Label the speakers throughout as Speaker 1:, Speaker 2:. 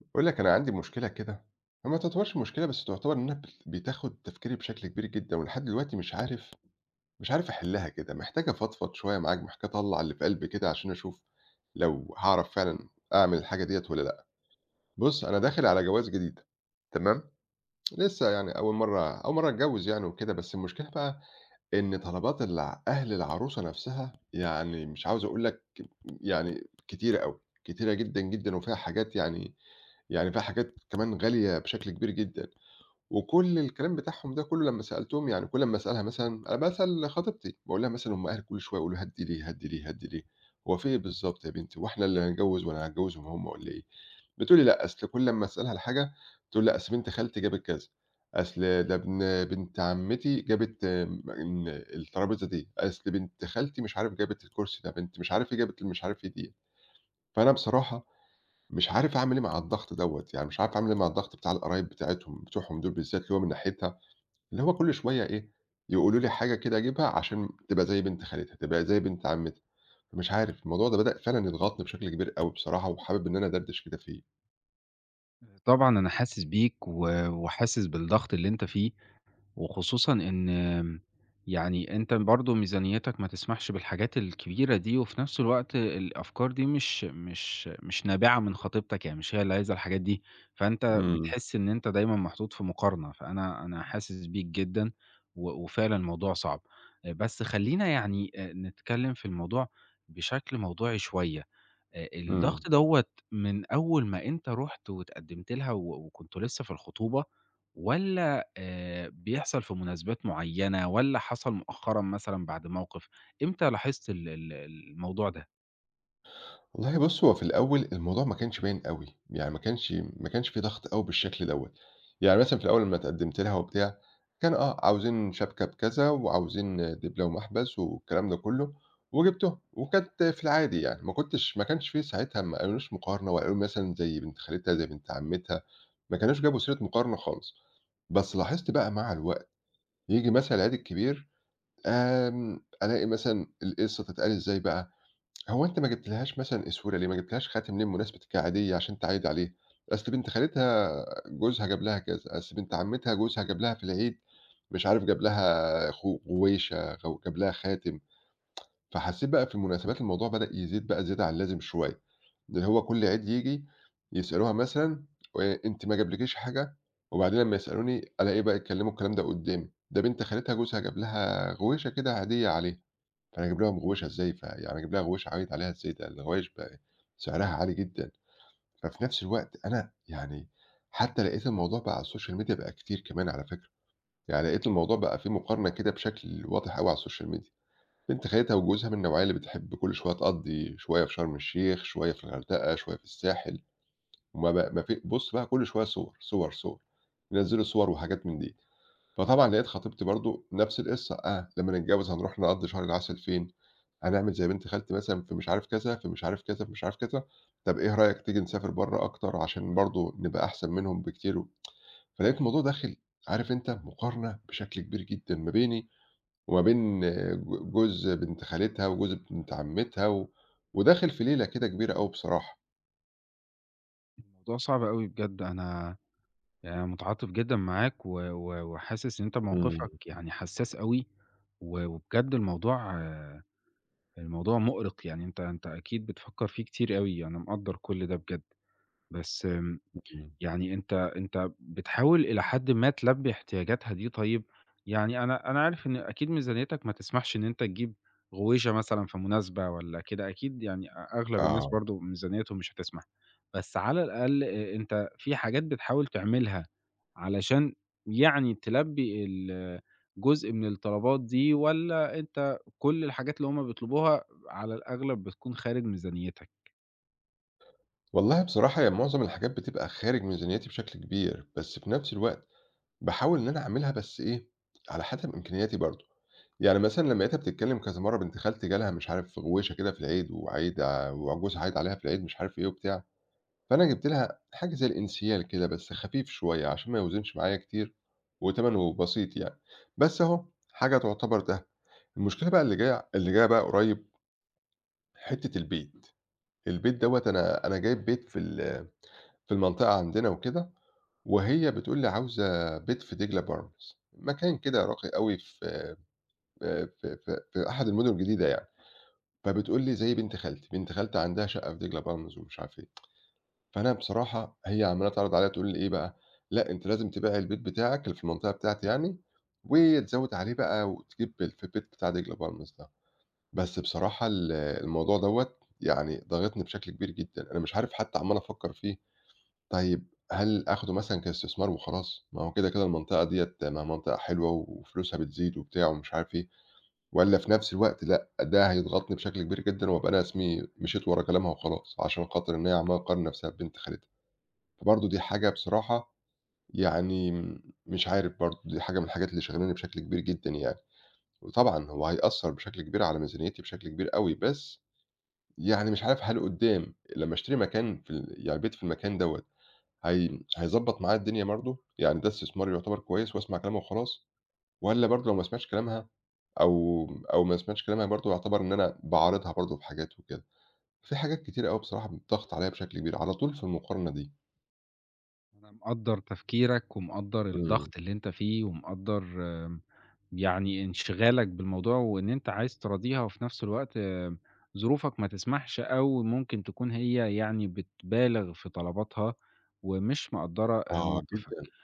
Speaker 1: باقول لك أنا عندي مشكلة كده، هي ما تعتبرش مشكلة بس تعتبر إنها بتاخد تفكيري بشكل كبير جدًا، ولحد دلوقتي مش عارف أحلها كده، محتاج أفضفض شوية معاك، محتاج أطلّع اللي في قلبي كده عشان أشوف لو هاعرف فعلًا أعمل الحاجة ديّة والّا لأ. بُص أنا داخل على جواز جديد تمام، لسه يعني أول مرّة أتجوّز يعني وكده، بس المشكلة بقى إن طلبات أهل العروسة نفسها يعني مش عاوز أقول لك يعني كتيرة أوي، كتيرة جدًا، جدًا وفيها حاجات يعني في حاجات كمان غالية بشكل كبير جدًا، وكل الكلام بتاعهم ده كله لمّا سألتهم يعني كل أمّا أسألها مثلًا أنا باسأل خطيبتي، باقول لها مثلًا هم أهلي كل شوية يقولوا هدّي ليه، هدّي ليه، هدّي ليه، هو في إيه بالضبط يا بنتي، هو إحنا اللي هنتجوّز والّا هنتجوّزهم هم والّا إيه؟ بتقول لي: "لأ، أصل كل أمّا أسألها على حاجة تقول لأ، أصل بنت خالتي جابت كذا، أصل ده بنت عمتي جابت إن الترابيزة دي، أصل بنت خالتي مش عارف جابت الكرسي ده، بنت مش عارف إيه جابت مش عارف إيه ديّة." فأنا بصراحة مش عارف أعمل إيه مع الضغط دوّة، يعني مش عارف أعمل إيه مع الضغط بتاع القرايب بتاعتهم بتوعهم دول بالذات، اللي هو من ناحيتها اللي هو كل شوية إيه، يقولوا لي حاجة كده أجيبها عشان تبقى زي بنت خالتها، تبقى زي بنت عمتها، فمش عارف الموضوع ده بدأ فعلًا يضغطني بشكل كبير أوي بصراحة، وحابب إن أنا أدردش كده فيه.
Speaker 2: طبعًا أنا حاسس بيك و وحاسس بالضغط اللي أنت فيه، وخصوصًا إن يعني أنت برضه ميزانيتك ما تسمحش بالحاجات الكبيرة دي، وفي نفس الوقت الأفكار دي مش نابعة من خطيبتك، يعني مش هي اللي عايزة الحاجات دي، فأنت
Speaker 1: إمم،
Speaker 2: بتحس إن أنت دايمًا محطوط في مقارنة، فأنا حاسس بيك جدًا وفعلًا الموضوع صعب. بس خلّينا يعني نتكلم في الموضوع بشكل موضوعي شوية.
Speaker 1: إمم.
Speaker 2: الضغط دوّة من أول ما أنت رُحت واتقدّمت لها و وكنتم لسه في الخطوبة والّا بيحصل في مناسبات معيّنة والّا حصل مؤخرًا مثلًا بعد موقف؟ إمتى لاحظت ال ال الموضوع ده؟
Speaker 1: والله بُص، هو في الأول الموضوع ما كانش باين أوي، يعني ما كانش في ضغط أوي بالشكل دوّة، يعني مثلًا في الأول لمّا اتقدمت لها وبتاع، كان آه، عاوزين شبكة بكذا وعاوزين دبلة ومحبس والكلام ده كلّه، وجِبتهم، وكانت في العادي يعني، ما كانش في ساعتها ما قالوليش مقارنة ولا قالوا مثلًا زي بنت خالتها، زي بنت عمتها، ما كانوش جابوا سيرة مقارنة خالص، بس لاحظت بقى مع الوقت، ييجي مثلًا العيد الكبير، ألاقي مثلًا القصة تتقال إزاي بقى؟ هو أنتِ ما جبتيلهاش مثلًا إسورة ليه، ما جبتيلهاش خاتم ليه بمناسبتِك العادية عشان تعايدي عليه، أصل بنت خالتها جوزها جاب لها كذا، أصل بنت عمتها جوزها جاب لها في العيد مش عارف جاب لها غويشة، جاب لها خاتم، فحسيت بقى في المناسبات الموضوع بدأ يزيد بقى زيادة عن اللازم شوية، اللي هو كل عيد ييجي يسألوها مثلًا وأنتِ ما جابلكيش حاجة، وبعدين لمّا يسألوني ألاقيه بقى يتكلموا الكلام ده قدّامي، ده بنت خالتها جوزها جاب لها غويشة كده عادية عليها. فأنا أجيب لهم غوّيشة إزاي، فيعني أجيب لها غوّيشة أعيّط عليها إزاي، ده الغوايش بقى سعرها عالي جدًا، ففي نفس الوقت أنا يعني حتى لقيت الموضوع بقى على الSocial Media بقى كتير كمان على فكرة، يعني لقيت الموضوع بقى في مقارنة كده بشكل واضح أوي على الSocial Media، بنت خالتها وجوزها من النوعية اللي بتحب كل شوية تقضّي شوية في شرم الشيخ، شوية في الغردقة، شوية في الساحل، وما بقى ما في بُص بقى كل شوية صور، صور، صور، ينزّلوا صور وحاجات من دي. فطبعًا لقيت خطيبتي برضه نفس القصة، آه، لمّا نتجوّز هنروح نقضّي شهر العسل فين، هنعمل زي بنت خالتي مثلًا في مش عارف كذا، في مش عارف كذا، في مش عارف كذا، طَب إيه رأيك تيجي نسافر برّه أكتر عشان برضه نبقى أحسن منهم بكتير و فلقيت الموضوع داخل عارف أنت مقارنة بشكل كبير جدًا ما بيني وما بين جوز بنت خالتها وجوز بنت عمّتها و وداخل في ليلة كده كبيرة أوي بصراحة.
Speaker 2: الموضوع صعب أوي بجد، أنا متعاطف جدًا معاك و و وحاسس إن أنت
Speaker 1: إمم،
Speaker 2: موقفك يعني حساس أوي، و وبجد الموضوع آه، الموضوع مؤرق، يعني أنت أكيد بتفكّر فيه كتير أوي، أنا مقدّر كل ده بجد، بس
Speaker 1: إمم.
Speaker 2: يعني أنت بتحاول إلى حدٍ ما تلبّي احتياجاتها دي طيب، يعني أنا عارف إن أكيد ميزانيتك ما تسمحش إن أنت تجيب غويشة مثلًا في مناسبة والّا كده، أكيد يعني أغلب الناس
Speaker 1: آه.
Speaker 2: برضه ميزانيتهم مش هتسمح، بس على الأقل أنت في حاجات بتحاول تعملها علشان يعني تلبّي ال جزء من الطلبات دي والّا أنت كل الحاجات اللي هُم بيطلبوها على الأغلب بتكون خارج ميزانيتك؟
Speaker 1: والله بصراحة هي معظم الحاجات بتبقى خارج ميزانيّتي بشكل كبير، بس في نفس الوقت باحاول إن أنا أعملها بس إيه، على حسب إمكانياتي برضه، يعني مثلًا لمّا لقيتها بتتكلم كذا مرّة بنت خالتي جالها مش عارف غويشة كده في العيد وعايد وجوزها عايد عليها في العيد مش عارف إيه وبتاع، فأنا جِبت لها حاجة زي الإنسيال كده بس خفيف شوية عشان ما يوزنش معايا كتير وتمنه بسيط يعني، بس أهو حاجة تعتبر ده. المشكلة بقى اللي جاية بقى قريب حتة البيت، البيت دوّة أنا جايب بيت في في المنطقة عندنا وكده، وهي بتقول لي عاوزة بيت في دجلة بالمز، مكان كده راقي أوي في في أحد المُدن الجديدة يعني، فبتقول لي زي بنت خالتي، بنت خالتي عندها شقة في دجلة بالمز ومش عارف إيه، فأنا بصراحة هي عمّالة تعرض عليّا تقول لي إيه بقى، لأ أنتِ لازم تبيعي البيت بتاعِك اللي في المنطقة بتاعتي يعني، وتزوّد عليه بقى وتجيب في البيت بتاع دجلة بالمز ده، بس بصراحة الموضوع دوّة يعني ضاغطني بشكل كبير جدًا، أنا مش عارف حتى عمّال أفكّر فيه، طيب هل آخده مثلًا كاستثمار وخلاص؟ ما هو كده، كده المنطقة ديّة ما هي منطقة حلوة وفلوسها بتزيد وبتاع ومش عارف إيه. والّا في نفس الوقت لأ، ده هيضغطني بشكل كبير جدًا وأبقى أنا اسمي مشيت ورا كلامها وخلاص، عشان خاطر إن هي عمّالة تقارن نفسها ببنت خالتها، فبرضه دي حاجة بصراحة يعني مش عارف برضه، دي حاجة من الحاجات اللي شاغلاني بشكل كبير جدًا يعني، وطبعًا هو هيأثّر بشكل كبير على ميزانيتي بشكل كبير أوي، بس يعني مش عارف هل قدّام لمّا اشتري مكان في يعني بيت في المكان دوّة هي هيضبّط معايا الدنيا برضه؟ يعني ده استثمار يعتبر كويس وأسمع كلامها وخلاص؟ والّا برضه لو ما سمعتش كلامها أو أو ما سمعتش كلامها برضه يعتبر إن أنا باعارضها برضه في حاجات وكده. في حاجات كتيرة أوي بصراحة بتضغط عليّا بشكل كبير، على طول في المقارنة دي.
Speaker 2: مقدّر تفكيرك ومقدّر الضغط
Speaker 1: إمم.
Speaker 2: اللي أنت فيه ومقدّر يعني انشغالك بالموضوع وإن أنت عايز تراضيها وفي نفس الوقت ظروفك ما تسمحش أو ممكن تكون هي يعني بتبالغ في طلباتها ومش مقدّرة
Speaker 1: آه جدًا.
Speaker 2: موقفك.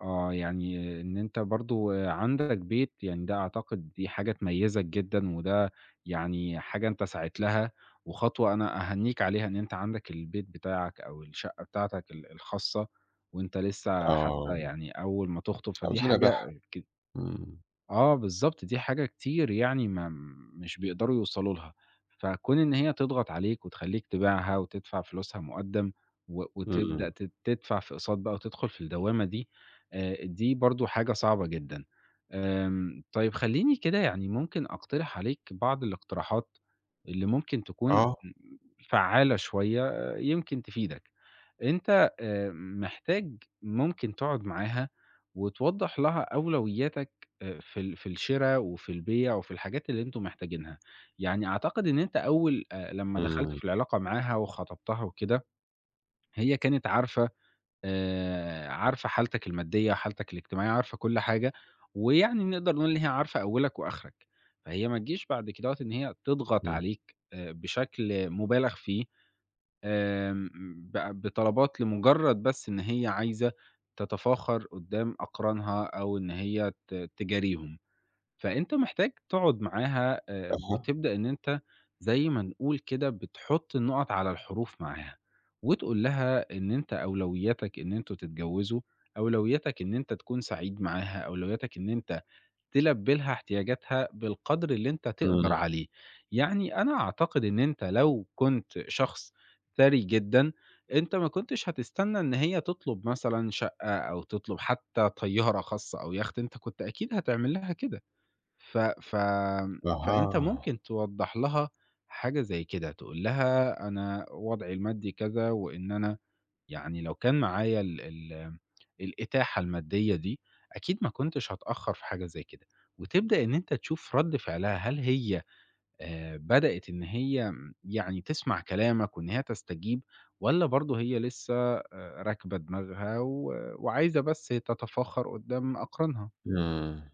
Speaker 2: آه، يعني إن أنت برضه عندك بيت، يعني ده أعتقد دي حاجة تميّزك جدًا، وده يعني حاجة أنت سعيت لها، وخطوة أنا أهنّيك عليها إن أنت عندك البيت بتاعك أو الشقة بتاعتك الخاصة، وأنت لسه
Speaker 1: آه.
Speaker 2: حتى يعني أول ما تخطب، فدي
Speaker 1: عاوزاني
Speaker 2: حاجة
Speaker 1: أبيعها.
Speaker 2: ك
Speaker 1: إمم.
Speaker 2: آه بالضبط، دي حاجة كتير يعني ما مش بيقدروا يوصلوا لها، فكون إن هي تضغط عليك وتخلّيك تبيعها وتدفع فلوسها مُقدّم و وتبدأ
Speaker 1: إمم.
Speaker 2: تد تدفع في أقساط بقى وتدخل في الدوامة دي، دي برضه حاجة صعبة جدًا. طيب خلّيني كده يعني ممكن أقترح عليك بعض الاقتراحات اللي ممكن تكون
Speaker 1: آه.
Speaker 2: فعّالة شوية آه، يمكن تفيدك. أنت محتاج ممكن تقعد معاها وتوضّح لها أولوياتك في ال في الشِرا وفي البيع وفي الحاجات اللي أنتم محتاجينها. يعني أعتقد إن أنت أول لمّا دخلت
Speaker 1: إمم.
Speaker 2: في العلاقة معاها وخطبتها وكده، هي كانت عارفة عارفة حالتك المادية، حالتك الاجتماعية، عارفة كل حاجة، ويعني نقدر نقول إن هي عارفة أولك وآخرك. فهي ما تجيش بعد كدهوّة إن هي تضغط
Speaker 1: إمم.
Speaker 2: عليك بشكل مُبالغ فيه بطلبات لمجرد بس إن هي عايزة تتفاخر قدّام أقرانها أو إن هي تجاريهم، فأنت محتاج تقعد معاها
Speaker 1: أها.
Speaker 2: وتبدأ إن أنت زي ما نقول كده بتحط النقط على الحروف معاها، وتقول لها إن أنت أولوياتك إن أنتم تتجوزوا، أولوياتك إن أنت تكون سعيد معاها، أولوياتك إن أنت تلبّي لها احتياجاتها بالقدر اللي أنت تقدر
Speaker 1: إمم.
Speaker 2: عليه. يعني أنا أعتقد إن أنت لو كنت شخص ثري جدًا، أنت ما كنتش هتستنى إن هي تطلب مثلًا شقة أو تطلب حتى طيارة خاصة أو يخت، أنت كنت أكيد هتعمل لها كده. ف ف فأنت
Speaker 1: أها.
Speaker 2: ممكن توضّح لها حاجة زي كده، تقول لها أنا وضعي المادي كذا وإن أنا يعني لو كان معايا ال ال الإتاحة المادية دي، أكيد ما كنتش هاتأخّر في حاجة زي كده، وتبدأ إن أنت تشوف رَد فعلها، هل هي بدأت إن هي يعني تسمع كلامك وإن هي تستجيب والّا برضه هي لسه راكبة دماغها و وعايزة بس تتفاخر قدّام أقرانها؟
Speaker 1: إمم.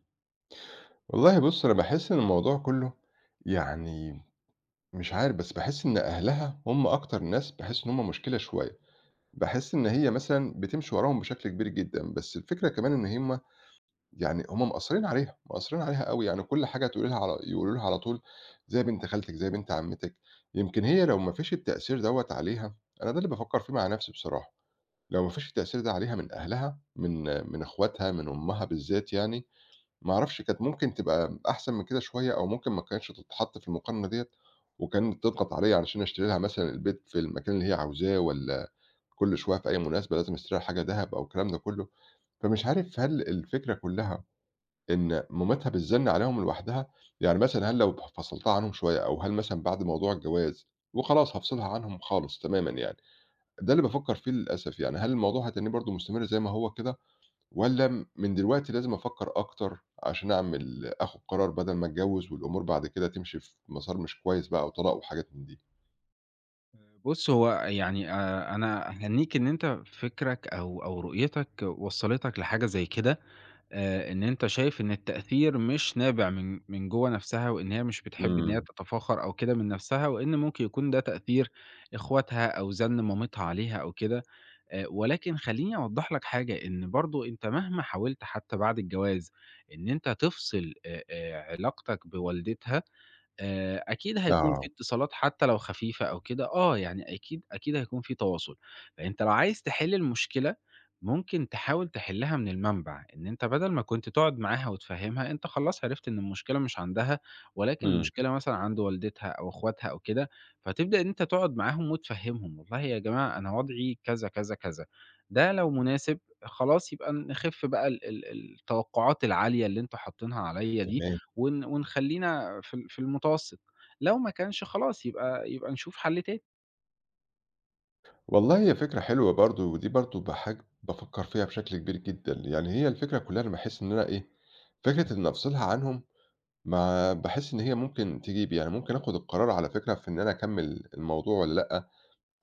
Speaker 1: والله بُص، أنا باحس إن الموضوع كُلّه يعني مش عارف، بس باحس إن أهلها هم أكتر ناس باحس إن هم مشكلة شوية. باحس إن هي مثلًا بتمشي وراهم بشكل كبير جدًا، بس الفكرة كمان إن هُم يعني هُم مأثّرين عليها، مأثّرين عليها أوي، يعني كل حاجة تقولي لها على يقولوا لها على طول زي بنت خالتِك، زي بنت عمتِك، يمكن هي لو ما فيش التأثير دوّة عليها أنا ده اللي بافكّر فيه مع نفسي بصراحة، لو ما فيش التأثير ده عليها من أهلها، من أخواتها، من أمها بالذات يعني، ما أعرفش كانت ممكن تبقى أحسن من كده شوية أو ممكن ما كانتش تتحط في المقارنة ديّة، وكانت تضغط عليَّ علشان أشتري لها مثلًا البيت في المكان اللي هي عاوزاه والّا كل شوية في أي مناسبة لازم أشتري لها حاجة دهب أو الكلام ده كله، فمش عارف هل الفكرة كلها إن مامتها بتزن عليهم لوحدها؟ يعني مثلًا هل لو فصلتها عنهم شوية أو هل مثلًا بعد موضوع الجواز وخلاص هافصلها عنهم خالص تمامًا يعني، ده اللي بافكّر فيه للأسف يعني، هل الموضوع هاتنّيه برضه مستمر زي ما هو كده والّا من دلوقتي لازم أفكّر أكتر عشان أعمل آخُد قرار بدل ما أتجوّز والأمور بعد كده تمشي في مسار مش كويس بقى وطلاق وحاجات من دي؟
Speaker 2: بُص، هو يعني أنا أهنّيك إن أنت فكرك أو رؤيتك وصّلتك لحاجة زي كده. إن أنت شايف إن التأثير مش نابع من جوّه نفسها، وإن هي مش بتحب إن هي
Speaker 1: إمم،
Speaker 2: تتفاخر أو كده من نفسها، وإن ممكن يكون ده تأثير إخواتها أو زَن مامتها عليها أو كده، ولكن خلّيني أوضّح لك حاجة، إن برضه أنت مهما حاولت حتى بعد الجواز إن أنت تفصل علاقتك بوالدتها أكيد هيكون
Speaker 1: آه،
Speaker 2: في اتصالات حتى لو خفيفة أو كده آه، يعني أكيد هيكون في تواصل، فأنت لو عايز تحل المشكلة ممكن تحاول تحلها من المنبع، إن أنت بدل ما كنت تقعد معاها وتفهمها، أنت خلاص عرفت إن المشكلة مش عندها، ولكن
Speaker 1: إمم.
Speaker 2: المشكلة مثلًا عند والدتها أو أخواتها أو كده، فتبدأ إن أنت تقعد معاهم وتفهمهم، والله يا جماعة أنا وضعي كذا، كذا، كذا، ده لو مناسب خلاص يبقى نخف بقى ال ال التوقعات العالية اللي أنتم حاطينها عليَّ دي.
Speaker 1: تمام.
Speaker 2: ون ونخلّينا في ال في المتوسط، لو ما كانش خلاص يبقى نشوف حل تاني.
Speaker 1: والله هي فكرة حلوة برضه، ودي برضه بافكّر فيها بشكل كبير جدًا، يعني هي الفكرة كلّها أنا باحس إن أنا إيه، فكرة إن أفصلها عنهم ما باحس إن هي ممكن تجيب، يعني ممكن آخُد القرار على فكرة في إن أنا أكمّل الموضوع والّا لأ،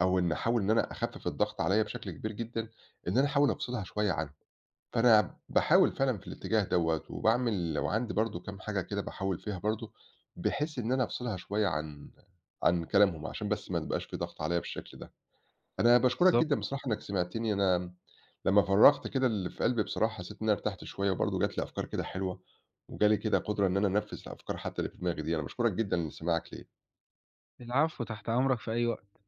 Speaker 1: أو إن أحاول إن أنا أخفِّف الضغط عليّا بشكل كبير جدًا، إن أنا أحاول أفصلها شوية عنهم، فأنا باحاول فعلًا في الاتجاه دوّة، وباعمل وعندي برضه كام حاجة كده باحاول فيها برضه، بحيث إن أنا أفصلها شوية عن كلامهم، عشان بس ما تبقاش في ضغط عليّا بالشكل ده. أنا باشكرك جدًا
Speaker 2: بالضبط.
Speaker 1: بصراحة إنك سمعتني، أنا لمّا فرّغت كده اللي في قلبي بصراحة حسّيت إن أنا ارتحت شوية، وبرضه جات لي أفكار كده حلوة، وجالي كده قدرة إن أنا أنفّذ الأفكار حتّى اللي في دماغي دي، أنا باشكرك جدًا لسماعك ليّا.
Speaker 2: العفو، تحت أمرك في أي وقت.